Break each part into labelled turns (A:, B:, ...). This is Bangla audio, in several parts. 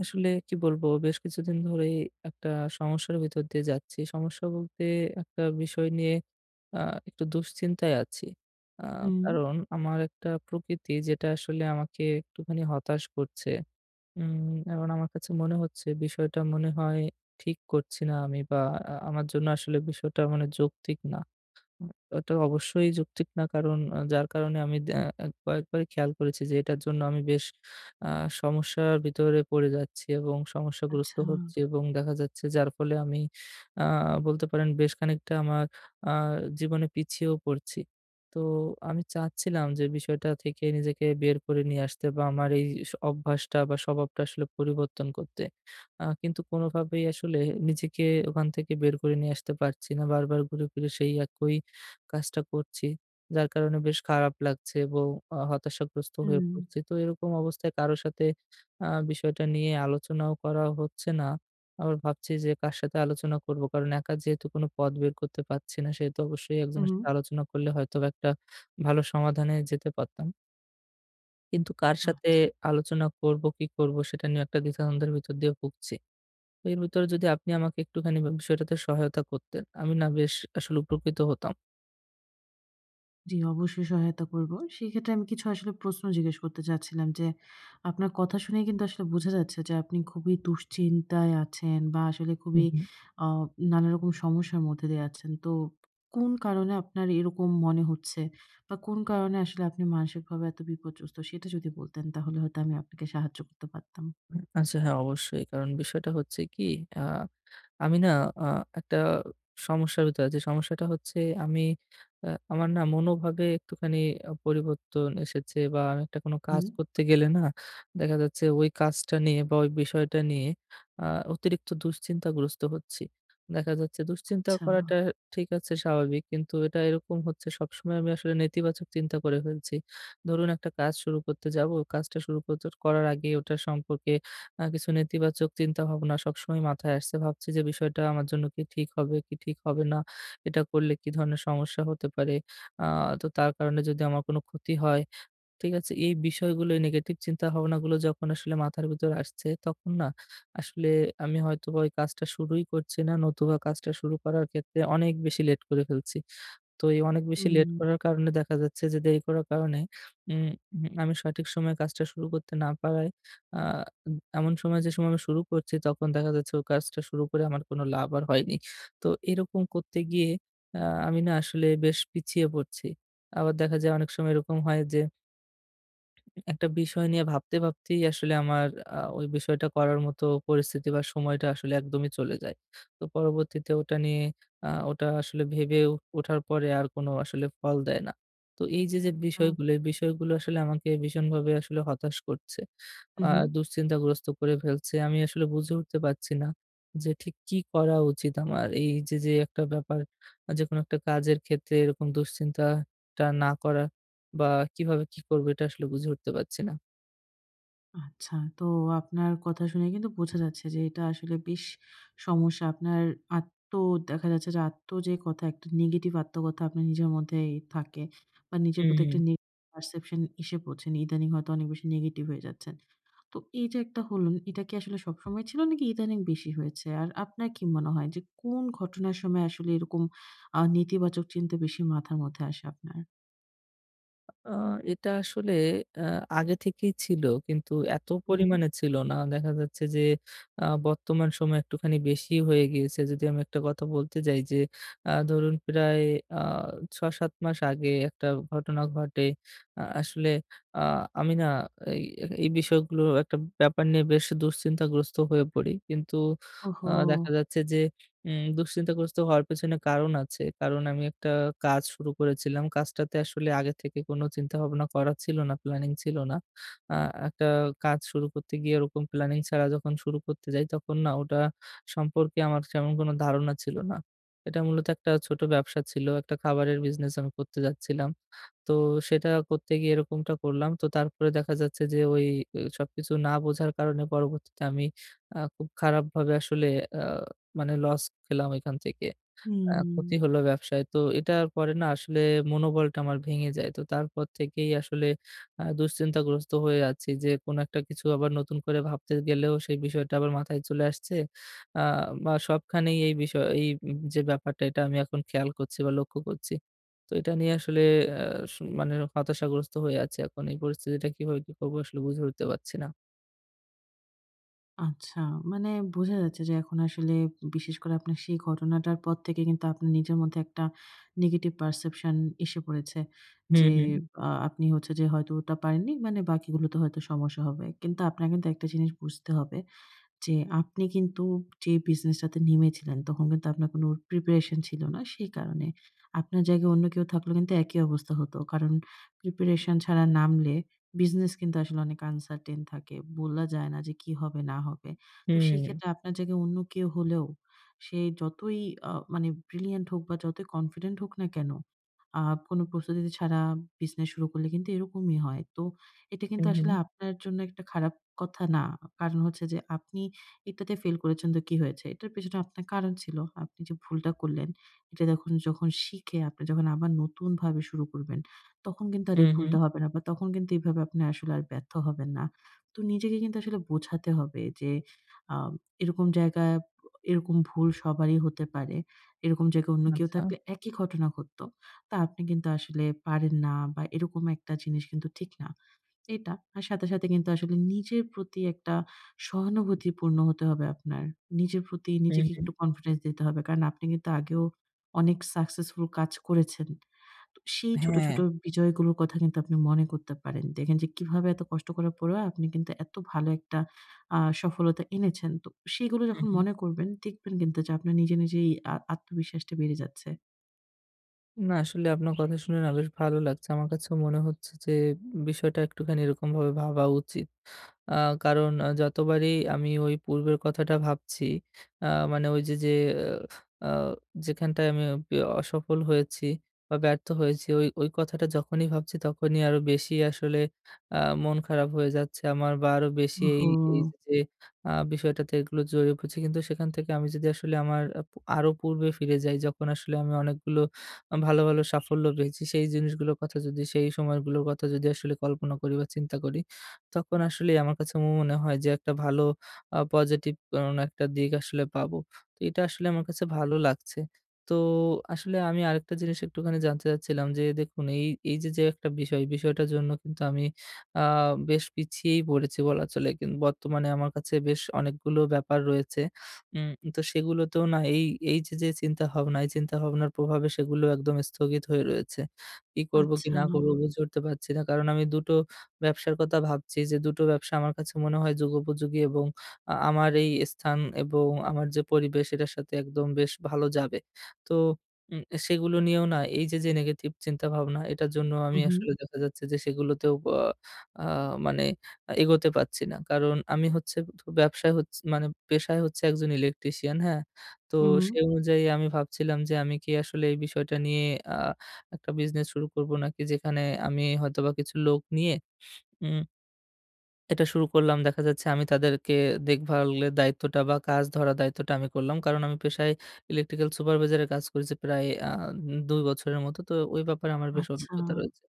A: আসলে কি বলবো? বেশ কিছুদিন ধরেই একটা সমস্যার ভিতর দিয়ে যাচ্ছি। সমস্যা বলতে একটা বিষয় নিয়ে আ একটু দুশ্চিন্তায় আছি। আ
B: হুম,
A: কারণ আমার একটা প্রকৃতি যেটা আসলে আমাকে একটুখানি হতাশ করছে। উম এখন আমার কাছে মনে হচ্ছে বিষয়টা মনে হয় ঠিক করছি না আমি, বা আমার জন্য আসলে বিষয়টা মানে যৌক্তিক না। এটা অবশ্যই যৌক্তিক না, কারণ যার কারণে আমি কয়েকবারই খেয়াল করেছি যে এটার জন্য আমি বেশ আ সমস্যার ভিতরে পড়ে যাচ্ছি এবং সমস্যাগ্রস্ত
B: আচ্ছা।
A: হচ্ছি, এবং দেখা যাচ্ছে যার ফলে আমি আ বলতে পারেন বেশ খানিকটা আমার আ জীবনে পিছিয়েও পড়ছি। তো আমি চাচ্ছিলাম যে বিষয়টা থেকে নিজেকে বের করে নিয়ে আসতে, বা আমার এই অভ্যাসটা বা স্বভাবটা আসলে পরিবর্তন করতে। কিন্তু কোনোভাবেই আসলে নিজেকে ওখান থেকে বের করে নিয়ে আসতে পারছি না। বারবার ঘুরে ফিরে সেই একই কাজটা করছি। যার কারণে বেশ খারাপ লাগছে এবং হতাশাগ্রস্ত হয়ে
B: হুম,
A: পড়ছি। তো এরকম অবস্থায় কারো সাথে বিষয়টা নিয়ে আলোচনাও করা হচ্ছে না। আবার ভাবছি যে কার সাথে আলোচনা করব। কারণ একা যেহেতু কোনো পথ বের করতে পারছি না, সেহেতু অবশ্যই
B: হুম,
A: একজনের
B: হুম।
A: সাথে আলোচনা করলে হয়তোবা একটা ভালো সমাধানে যেতে পারতাম। কিন্তু কার সাথে
B: আচ্ছা।
A: আলোচনা করব, কি করব সেটা নিয়ে একটা দ্বিধাদ্বন্দ্বের ভিতর দিয়ে ভুগছি। তো এর ভিতরে যদি আপনি আমাকে একটুখানি বিষয়টাতে সহায়তা করতেন, আমি না বেশ আসলে উপকৃত হতাম।
B: জি, অবশ্যই সহায়তা করব। সেক্ষেত্রে আমি কিছু আসলে প্রশ্ন জিজ্ঞেস করতে চাচ্ছিলাম যে, আপনার কথা শুনেই কিন্তু আসলে বোঝা যাচ্ছে যে আপনি খুবই দুশ্চিন্তায় আছেন বা আসলে খুবই আ নানারকম সমস্যার মধ্যে দিয়ে আছেন। তো কোন কারণে আপনার এরকম মনে হচ্ছে বা কোন কারণে আসলে আপনি মানসিকভাবে এত বিপর্যস্ত সেটা যদি বলতেন তাহলে হয়তো আমি আপনাকে সাহায্য করতে পারতাম।
A: আচ্ছা হ্যাঁ, অবশ্যই। কারণ বিষয়টা হচ্ছে কি, আ আমি না আ একটা সমস্যার ভিতরে আছি। সমস্যাটা হচ্ছে আমি আমার না মনোভাবে একটুখানি পরিবর্তন এসেছে, বা আমি একটা কোনো কাজ
B: হুম,
A: করতে গেলে না দেখা যাচ্ছে ওই কাজটা নিয়ে বা ওই বিষয়টা নিয়ে আ অতিরিক্ত দুশ্চিন্তাগ্রস্ত হচ্ছি। দেখা যাচ্ছে দুশ্চিন্তা
B: আচ্ছা।
A: করাটা ঠিক আছে, স্বাভাবিক। কিন্তু এটা এরকম হচ্ছে, সবসময় আমি আসলে নেতিবাচক চিন্তা করে ফেলছি। ধরুন একটা কাজ শুরু করতে যাবো, কাজটা শুরু করতে করার আগে ওটা সম্পর্কে কিছু নেতিবাচক চিন্তাভাবনা সবসময় মাথায় আসছে। ভাবছি যে বিষয়টা আমার জন্য কি ঠিক হবে, কি ঠিক হবে না? এটা করলে কি ধরনের সমস্যা হতে পারে? আ তো তার কারণে যদি আমার কোনো ক্ষতি হয়, ঠিক আছে? এই বিষয়গুলো, এই নেগেটিভ চিন্তাভাবনাগুলো যখন আসলে মাথার ভিতর আসছে, তখন না আসলে আমি হয়তোবা ওই কাজটা শুরুই করছি না, নতুবা কাজটা শুরু করার ক্ষেত্রে অনেক বেশি লেট করে ফেলছি। তো এই অনেক বেশি লেট
B: হুম,
A: করার কারণে দেখা যাচ্ছে যে দেরি করার কারণে উম হুম, আমি সঠিক সময়ে কাজটা শুরু করতে না পারায় আ এমন সময়, যে সময় আমি শুরু করছি, তখন দেখা যাচ্ছে ওই কাজটা শুরু করে আমার কোনো লাভ আর হয়নি। তো এরকম করতে গিয়ে আ আমি না আসলে বেশ পিছিয়ে পড়ছি। আবার দেখা যায় অনেক সময় এরকম হয় যে একটা বিষয় নিয়ে ভাবতে, ভাবতেই আসলে আমার ওই বিষয়টা করার মতো পরিস্থিতি বা সময়টা আসলে একদমই চলে যায়। তো পরবর্তীতে ওটা নিয়ে ওটা আসলে ভেবে ও ওঠার পরে আর কোনো আসলে ফল দেয় না। তো এই যে
B: আ
A: বিষয়গুলো, এই বিষয়গুলো আসলে আমাকে ভীষণভাবে আসলে হতাশ করছে।
B: হু,
A: আ
B: হু।
A: দুশ্চিন্তাগ্রস্ত করে ফেলছে। আমি আসলে বুঝে উঠতে পারছি না যে ঠিক কি করা উচিত আমার? এই যে একটা ব্যাপার, যেকোনো একটা কাজের ক্ষেত্রে এরকম দুশ্চিন্তাটা না করা। বা কিভাবে কি করব, এটা আসলে বুঝে উঠতে পারছি না।
B: আচ্ছা। তো আপনার কথা শুনে কিন্তু বোঝা যাচ্ছে যে এটা আসলে বেশ সমস্যা। আপনার আত্ম দেখা যাচ্ছে যে যে কথা একটা নেগেটিভ আত্মকথা আপনার নিজের মধ্যেই থাকে বা নিজের প্রতি
A: হুম।
B: একটা নেগেটিভ পারসেপশন এসে পড়ছেন। ইদানিং হয়তো অনেক বেশি নেগেটিভ হয়ে যাচ্ছেন। তো এই যে একটা হলেন, এটা কি আসলে সবসময় ছিল নাকি ইদানিং বেশি হয়েছে? আর আপনার কি মনে হয় যে কোন ঘটনার সময় আসলে এরকম নেতিবাচক চিন্তা বেশি মাথার মধ্যে আসে আপনার?
A: আ এটা আসলে আ আগে থেকেই ছিল, কিন্তু এত
B: হুম,
A: পরিমাণে ছিল না। দেখা যাচ্ছে যে বর্তমান সময়ে একটুখানি বেশি হয়ে গিয়েছে। যদি আমি একটা কথা বলতে যাই যে ধরুন প্রায় আ ৬-৭ মাস আগে একটা ঘটনা ঘটে। আসলে আ আমি না এই এই বিষয়গুলো একটা ব্যাপার নিয়ে বেশ দুশ্চিন্তাগ্রস্ত হয়ে পড়ি। কিন্তু
B: ওহো!
A: দেখা যাচ্ছে যে দুশ্চিন্তাগ্রস্ত হওয়ার পেছনে কারণ আছে। কারণ আমি একটা কাজ শুরু করেছিলাম। কাজটাতে আসলে আগে থেকে কোনো চিন্তাভাবনা করা ছিল না, প্ল্যানিং ছিল না। আ একটা কাজ শুরু করতে গিয়ে ওরকম প্ল্যানিং ছাড়া যখন শুরু করতে যাই, তখন না ওটা সম্পর্কে আমার তেমন কোনো ধারণা ছিল না। এটা মূলত একটা ছোট ব্যবসা ছিল। একটা খাবারের বিজনেস আমি করতে যাচ্ছিলাম। তো সেটা করতে গিয়ে এরকমটা করলাম। তো তারপরে দেখা যাচ্ছে যে ওই সবকিছু না বোঝার কারণে পরবর্তীতে আমি খুব খারাপভাবে আসলে আ মানে লস খেলাম ওইখান থেকে। ক্ষতি
B: হুম।
A: হলো ব্যবসায়। তো এটার পরে না আসলে মনোবলটা আমার ভেঙে যায়। তো তারপর থেকেই আসলে দুশ্চিন্তাগ্রস্ত হয়ে যাচ্ছি যে কোনো একটা কিছু আবার নতুন করে ভাবতে গেলেও সেই বিষয়টা আবার মাথায় চলে আসছে। আ বা সবখানেই এই বিষয়, এই উম যে ব্যাপারটা, এটা আমি এখন খেয়াল করছি বা লক্ষ্য করছি। তো এটা নিয়ে আসলে আ মানে হতাশাগ্রস্ত হয়ে আছি এখন। এই পরিস্থিতিটা কিভাবে কি করবো, আসলে বুঝে উঠতে পারছি না।
B: আচ্ছা। মানে বোঝা যাচ্ছে যে এখন আসলে বিশেষ করে আপনার সেই ঘটনাটার পর থেকে কিন্তু আপনার নিজের মধ্যে একটা নেগেটিভ পারসেপশন এসে পড়েছে।
A: হুম,
B: যে
A: হুম।
B: আপনি হচ্ছে যে হয়তো ওটা পারেননি মানে বাকিগুলোতে হয়তো সমস্যা হবে। কিন্তু আপনার কিন্তু একটা জিনিস বুঝতে হবে যে আপনি কিন্তু যে বিজনেসটাতে নেমেছিলেন তখন কিন্তু আপনার কোনো প্রিপারেশন ছিল না। সেই কারণে আপনার জায়গায় অন্য কেউ থাকলেও কিন্তু একই অবস্থা হতো। কারণ প্রিপারেশন ছাড়া নামলে বিজনেস কিন্তু আসলে অনেক আনসার্টেইন থাকে। বলা যায় না যে কি হবে না হবে। তো সেই
A: হুম,
B: ক্ষেত্রে আপনার জায়গায় অন্য কেউ হলেও সে যতই মানে ব্রিলিয়ান্ট হোক বা যতই কনফিডেন্ট হোক না কেন, আ কোনো প্রস্তুতি ছাড়া বিজনেস শুরু করলে কিন্তু এরকমই হয়। তো এটা কিন্তু
A: হুম, হুম,
B: আসলে আপনার জন্য একটা খারাপ কথা না। কারণ হচ্ছে যে আপনি এটাতে ফেল করেছেন তো কি হয়েছে? এটার পেছনে আপনার কারণ ছিল। আপনি যে ভুলটা করলেন, এটা যখন যখন শিখে আপনি যখন আবার নতুনভাবে শুরু করবেন, তখন কিন্তু আর এই
A: হুম, হুম,
B: ভুলটা হবে না বা তখন কিন্তু এভাবে আপনি আসলে আর ব্যর্থ হবেন না। তো নিজেকে কিন্তু আসলে বোঝাতে হবে যে আ এরকম জায়গায় এরকম ভুল সবারই হতে পারে। এরকম জায়গায় অন্য কেউ
A: আচ্ছা।
B: থাকলে একই ঘটনা ঘটতো। তা আপনি কিন্তু আসলে পারেন না বা এরকম একটা জিনিস কিন্তু ঠিক না। এটা। আর সাথে, সাথে কিন্তু আসলে নিজের প্রতি একটা সহানুভূতিপূর্ণ হতে হবে আপনার। নিজের প্রতি
A: হুম,
B: নিজেকে
A: হুম।
B: একটু কনফিডেন্স দিতে হবে। কারণ আপনি কিন্তু আগেও অনেক সাকসেসফুল কাজ করেছেন। তো সেই ছোট,
A: হ্যাঁ।
B: ছোট বিজয়গুলোর কথা কিন্তু আপনি মনে করতে পারেন। দেখেন যে কিভাবে এত কষ্ট করার পরেও আপনি কিন্তু এত ভালো একটা সফলতা এনেছেন। তো সেগুলো
A: হুম,
B: যখন
A: হুম।
B: মনে করবেন দেখবেন কিন্তু যে আপনার নিজে, নিজেই আত্মবিশ্বাসটা বেড়ে যাচ্ছে।
A: না, আসলে আপনার কথা শুনে না বেশ ভালো লাগছে। আমার কাছেও মনে হচ্ছে যে বিষয়টা একটুখানি এরকমভাবে ভাবা উচিত। আ কারণ যতবারই আমি ওই পূর্বের কথাটা ভাবছি, আ মানে ওই যে আ যেখানটায় আমি বি অসফল হয়েছি বা ব্যর্থ হয়েছি, ওই কথাটা যখনই ভাবছি তখনই আরো বেশি আসলে আ মন খারাপ হয়ে যাচ্ছে আমার, বা আরো বেশি এই,
B: ওহো!
A: এই যে বিষয়টাতে এগুলো জড়িয়ে পড়ছি। কিন্তু সেখান থেকে আমি যদি আসলে আমার আরো পূর্বে ফিরে যাই, যখন আসলে আমি অনেকগুলো ভালো, ভালো সাফল্য পেয়েছি। সেই জিনিসগুলোর কথা যদি, সেই সময়গুলোর কথা যদি আসলে কল্পনা করি বা চিন্তা করি, তখন আসলেই আমার কাছে মনে হয় যে একটা ভালো পজিটিভ কোনো একটা দিক আসলে পাবো। তো এটা আসলে আমার কাছে ভালো লাগছে। তো আসলে আমি আরেকটা জিনিস একটুখানি জানতে চাচ্ছিলাম যে দেখুন এই, এই যে একটা বিষয়, বিষয়টার জন্য কিন্তু আমি আ বেশ পিছিয়েই পড়েছি বলা চলে। বর্তমানে আমার কাছে বেশ অনেকগুলো ব্যাপার রয়েছে। উম তো সেগুলোতেও না এই, এই যে, যে, চিন্তাভাবনা, এই চিন্তাভাবনার প্রভাবে সেগুলো একদম স্থগিত হয়ে রয়েছে। কি করব কি
B: আচ্ছা।
A: না করব বুঝে উঠতে পারছি না। কারণ আমি ২ টো ব্যবসার কথা ভাবছি, যে ২ টো ব্যবসা আমার কাছে মনে হয় যুগোপযোগী এবং আমার এই স্থান এবং আমার যে পরিবেশ, এটার সাথে একদম বেশ ভালো যাবে। তো সেগুলো নিয়েও না নেগেটিভ চিন্তাভাবনা, এটার জন্য
B: হু,
A: আমি
B: হু।
A: আসলে দেখা যাচ্ছে যে সেগুলোতেও আ আ মানে এগোতে পারছি না। কারণ আমি হচ্ছে তো ব্যবসায় হচ্ছে, মানে পেশায় হচ্ছে একজন ইলেকট্রিশিয়ান, হ্যাঁ? তো
B: হুম।
A: সে অনুযায়ী আমি ভাবছিলাম যে আমি কি আসলে এই বিষয়টা নিয়ে আ একটা বিজনেস শুরু করব, নাকি যেখানে আমি হয়তোবা কিছু লোক নিয়ে উম এটা শুরু করলাম। দেখা যাচ্ছে আমি তাদেরকে দেখভালের দায়িত্বটা বা কাজ ধরা দায়িত্বটা আমি করলাম। কারণ আমি পেশায় ইলেকট্রিক্যাল সুপারভাইজারের কাজ করেছি প্রায় ২ বছরের মতো। তো ওই ব্যাপারে আমার বেশ
B: আচ্ছা।
A: অভিজ্ঞতা রয়েছে।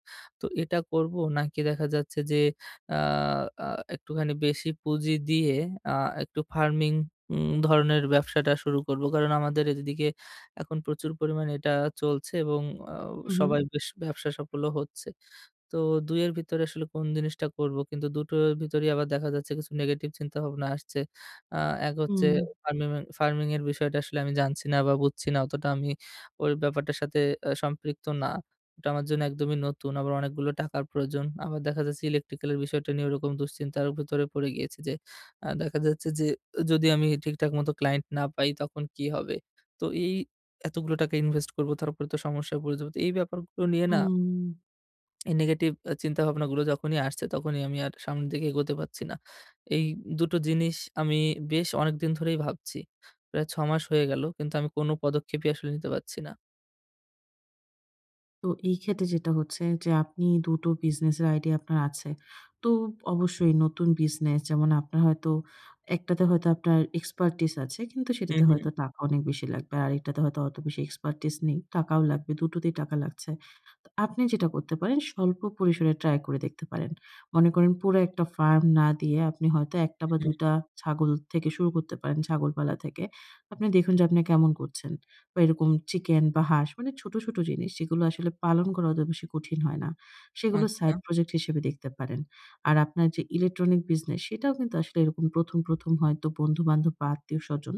A: তো এটা করব, নাকি দেখা যাচ্ছে যে আ আ একটুখানি বেশি পুঁজি দিয়ে আ একটু ফার্মিং ধরনের ব্যবসাটা শুরু করব। কারণ আমাদের এদিকে এখন প্রচুর পরিমাণে এটা চলছে এবং আ
B: হু, হু।
A: সবাই বেশ ব্যবসা সফলও হচ্ছে। তো ২ এর ভিতরে আসলে কোন জিনিসটা করব? কিন্তু দুটোর ভিতরেই আবার দেখা যাচ্ছে কিছু নেগেটিভ চিন্তাভাবনা আসছে। আ এক হচ্ছে
B: হুম।
A: ফার্মিং, ফার্মিং এর বিষয়টা আসলে আমি জানছি না বা বুঝছি না। অতটা আমি ওই ব্যাপারটার সাথে সম্পৃক্ত না। ওটা আমার জন্য একদমই নতুন। আবার অনেকগুলো টাকার প্রয়োজন। আবার দেখা যাচ্ছে ইলেকট্রিক্যাল এর বিষয়টা নিয়ে ওরকম দুশ্চিন্তার ভিতরে পড়ে গিয়েছি যে, দেখা যাচ্ছে যে যদি আমি ঠিকঠাক মতো ক্লায়েন্ট না পাই তখন কি হবে? তো এই এতগুলো টাকা ইনভেস্ট করব, তারপরে তো সমস্যায় পড়ে যাব। তো এই ব্যাপারগুলো নিয়ে না
B: হুম,
A: এই নেগেটিভ চিন্তাভাবনাগুলো যখনই আসছে, তখনই আমি আর সামনের দিকে এগোতে পারছি না। এই ২ টো জিনিস আমি বেশ অনেকদিন ধরেই ভাবছি। প্রায় ৬ মাস হয়ে গেল। কিন্তু আমি কোনো পদক্ষেপই আসলে নিতে পারছি না।
B: তো এই ক্ষেত্রে যেটা হচ্ছে যে আপনি ২ টো বিজনেসের আইডিয়া আপনার আছে। তো অবশ্যই নতুন বিজনেস যেমন আপনার হয়তো একটাতে হয়তো আপনার এক্সপার্টিস আছে কিন্তু
A: হু,
B: সেটাতে
A: হু,
B: হয়তো টাকা অনেক বেশি লাগবে। আরেকটাতে হয়তো অত বেশি এক্সপার্টিস নেই। টাকাও লাগবে, দুটোতেই টাকা লাগছে। তো আপনি যেটা করতে পারেন স্বল্প পরিসরে ট্রাই করে দেখতে পারেন। মনে করেন পুরো একটা ফার্ম না দিয়ে আপনি হয়তো ১ টা বা
A: হু।
B: ২ টা ছাগল থেকে শুরু করতে পারেন, ছাগল পালা থেকে। আপনি দেখুন যে আপনি কেমন করছেন। বা এরকম চিকেন বা হাঁস মানে ছোট, ছোট জিনিস যেগুলো আসলে পালন করা অত বেশি কঠিন হয় না। সেগুলো
A: আচ্ছা।
B: সাইড প্রজেক্ট হিসেবে দেখতে পারেন। আর আপনার যে ইলেকট্রনিক বিজনেস সেটাও কিন্তু আসলে এরকম ১ম, ১ম হয়তো বন্ধু-বান্ধব বা আত্মীয়স্বজন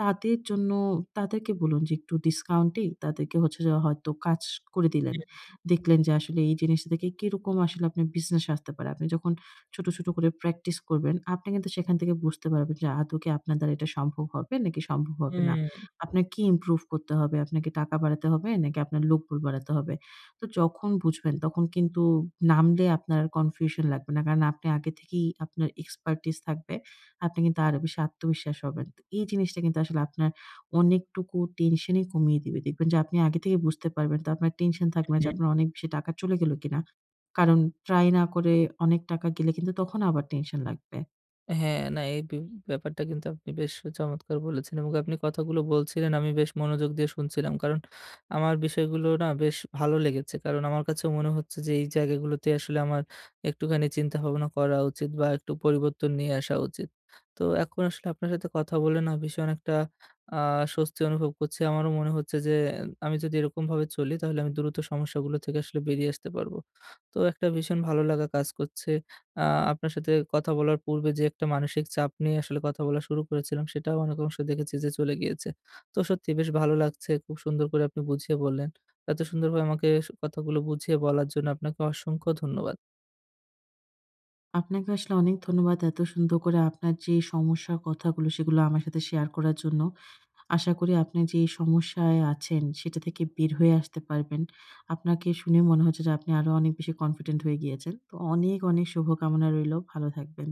B: তাদের জন্য তাদেরকে বলুন যে একটু ডিসকাউন্টেই তাদেরকে হচ্ছে যে হয়তো কাজ করে দিলেন। দেখলেন যে আসলে এই জিনিসটা থেকে কিরকম আসলে আপনার বিজনেস আসতে পারে। আপনি যখন ছোট, ছোট করে প্র্যাকটিস করবেন, আপনি কিন্তু সেখান থেকে বুঝতে পারবেন যে আদৌ কি আপনার দ্বারা এটা সম্ভব হবে নাকি সম্ভব হবে না।
A: হুম,
B: আপনার কি ইমপ্রুভ করতে হবে? আপনার কি টাকা বাড়াতে হবে? নাকি আপনার লোকবল বাড়াতে হবে? তো যখন বুঝবেন তখন কিন্তু নামলে আপনার কনফিউশন লাগবে না। কারণ আপনি আগে থেকেই আপনার এক্সপার্টিস থাকবে। আপনি কিন্তু আরো বেশি আত্মবিশ্বাস হবেন। তো এই জিনিসটা কিন্তু আসলে আপনার অনেকটুকু টেনশনই কমিয়ে দিবে। দেখবেন যে আপনি আগে থেকে বুঝতে পারবেন। তো আপনার টেনশন থাকবে না যে
A: হুম।
B: আপনার অনেক বেশি টাকা চলে গেল কিনা? কারণ ট্রাই না করে অনেক টাকা গেলে কিন্তু তখন আবার টেনশন লাগবে।
A: হ্যাঁ, না এই ব্যাপারটা কিন্তু আপনি বেশ চমৎকার বলেছেন, এবং আপনি কথাগুলো বলছিলেন আমি বেশ মনোযোগ দিয়ে শুনছিলাম। কারণ আমার বিষয়গুলো না বেশ ভালো লেগেছে। কারণ আমার কাছেও মনে হচ্ছে যে এই জায়গাগুলোতে আসলে আমার একটুখানি চিন্তা ভাবনা করা উচিত, বা একটু পরিবর্তন নিয়ে আসা উচিত। তো এখন আসলে আপনার সাথে কথা বলে না ভীষণ একটা আ স্বস্তি অনুভব করছি। আমারও মনে হচ্ছে যে আমি যদি এরকমভাবে চলি তাহলে আমি দ্রুত সমস্যাগুলো থেকে আসলে বেরিয়ে আসতে পারবো। তো একটা ভীষণ ভালো লাগা কাজ করছে। আ আপনার সাথে কথা বলার পূর্বে যে একটা মানসিক চাপ নিয়ে আসলে কথা বলা শুরু করেছিলাম, সেটাও অনেক অংশে দেখেছি যে চলে গিয়েছে। তো সত্যি বেশ ভালো লাগছে। খুব সুন্দর করে আপনি বুঝিয়ে বললেন। এত সুন্দরভাবে আমাকে কথাগুলো বুঝিয়ে বলার জন্য আপনাকে অসংখ্য ধন্যবাদ।
B: আপনাকে আসলে অনেক ধন্যবাদ এত সুন্দর করে আপনার যে সমস্যার কথাগুলো সেগুলো আমার সাথে শেয়ার করার জন্য। আশা করি আপনি যে সমস্যায় আছেন সেটা থেকে বের হয়ে আসতে পারবেন। আপনাকে শুনে মনে হচ্ছে যে আপনি আরো অনেক বেশি কনফিডেন্ট হয়ে গিয়েছেন। তো অনেক, অনেক শুভকামনা রইলো। ভালো থাকবেন।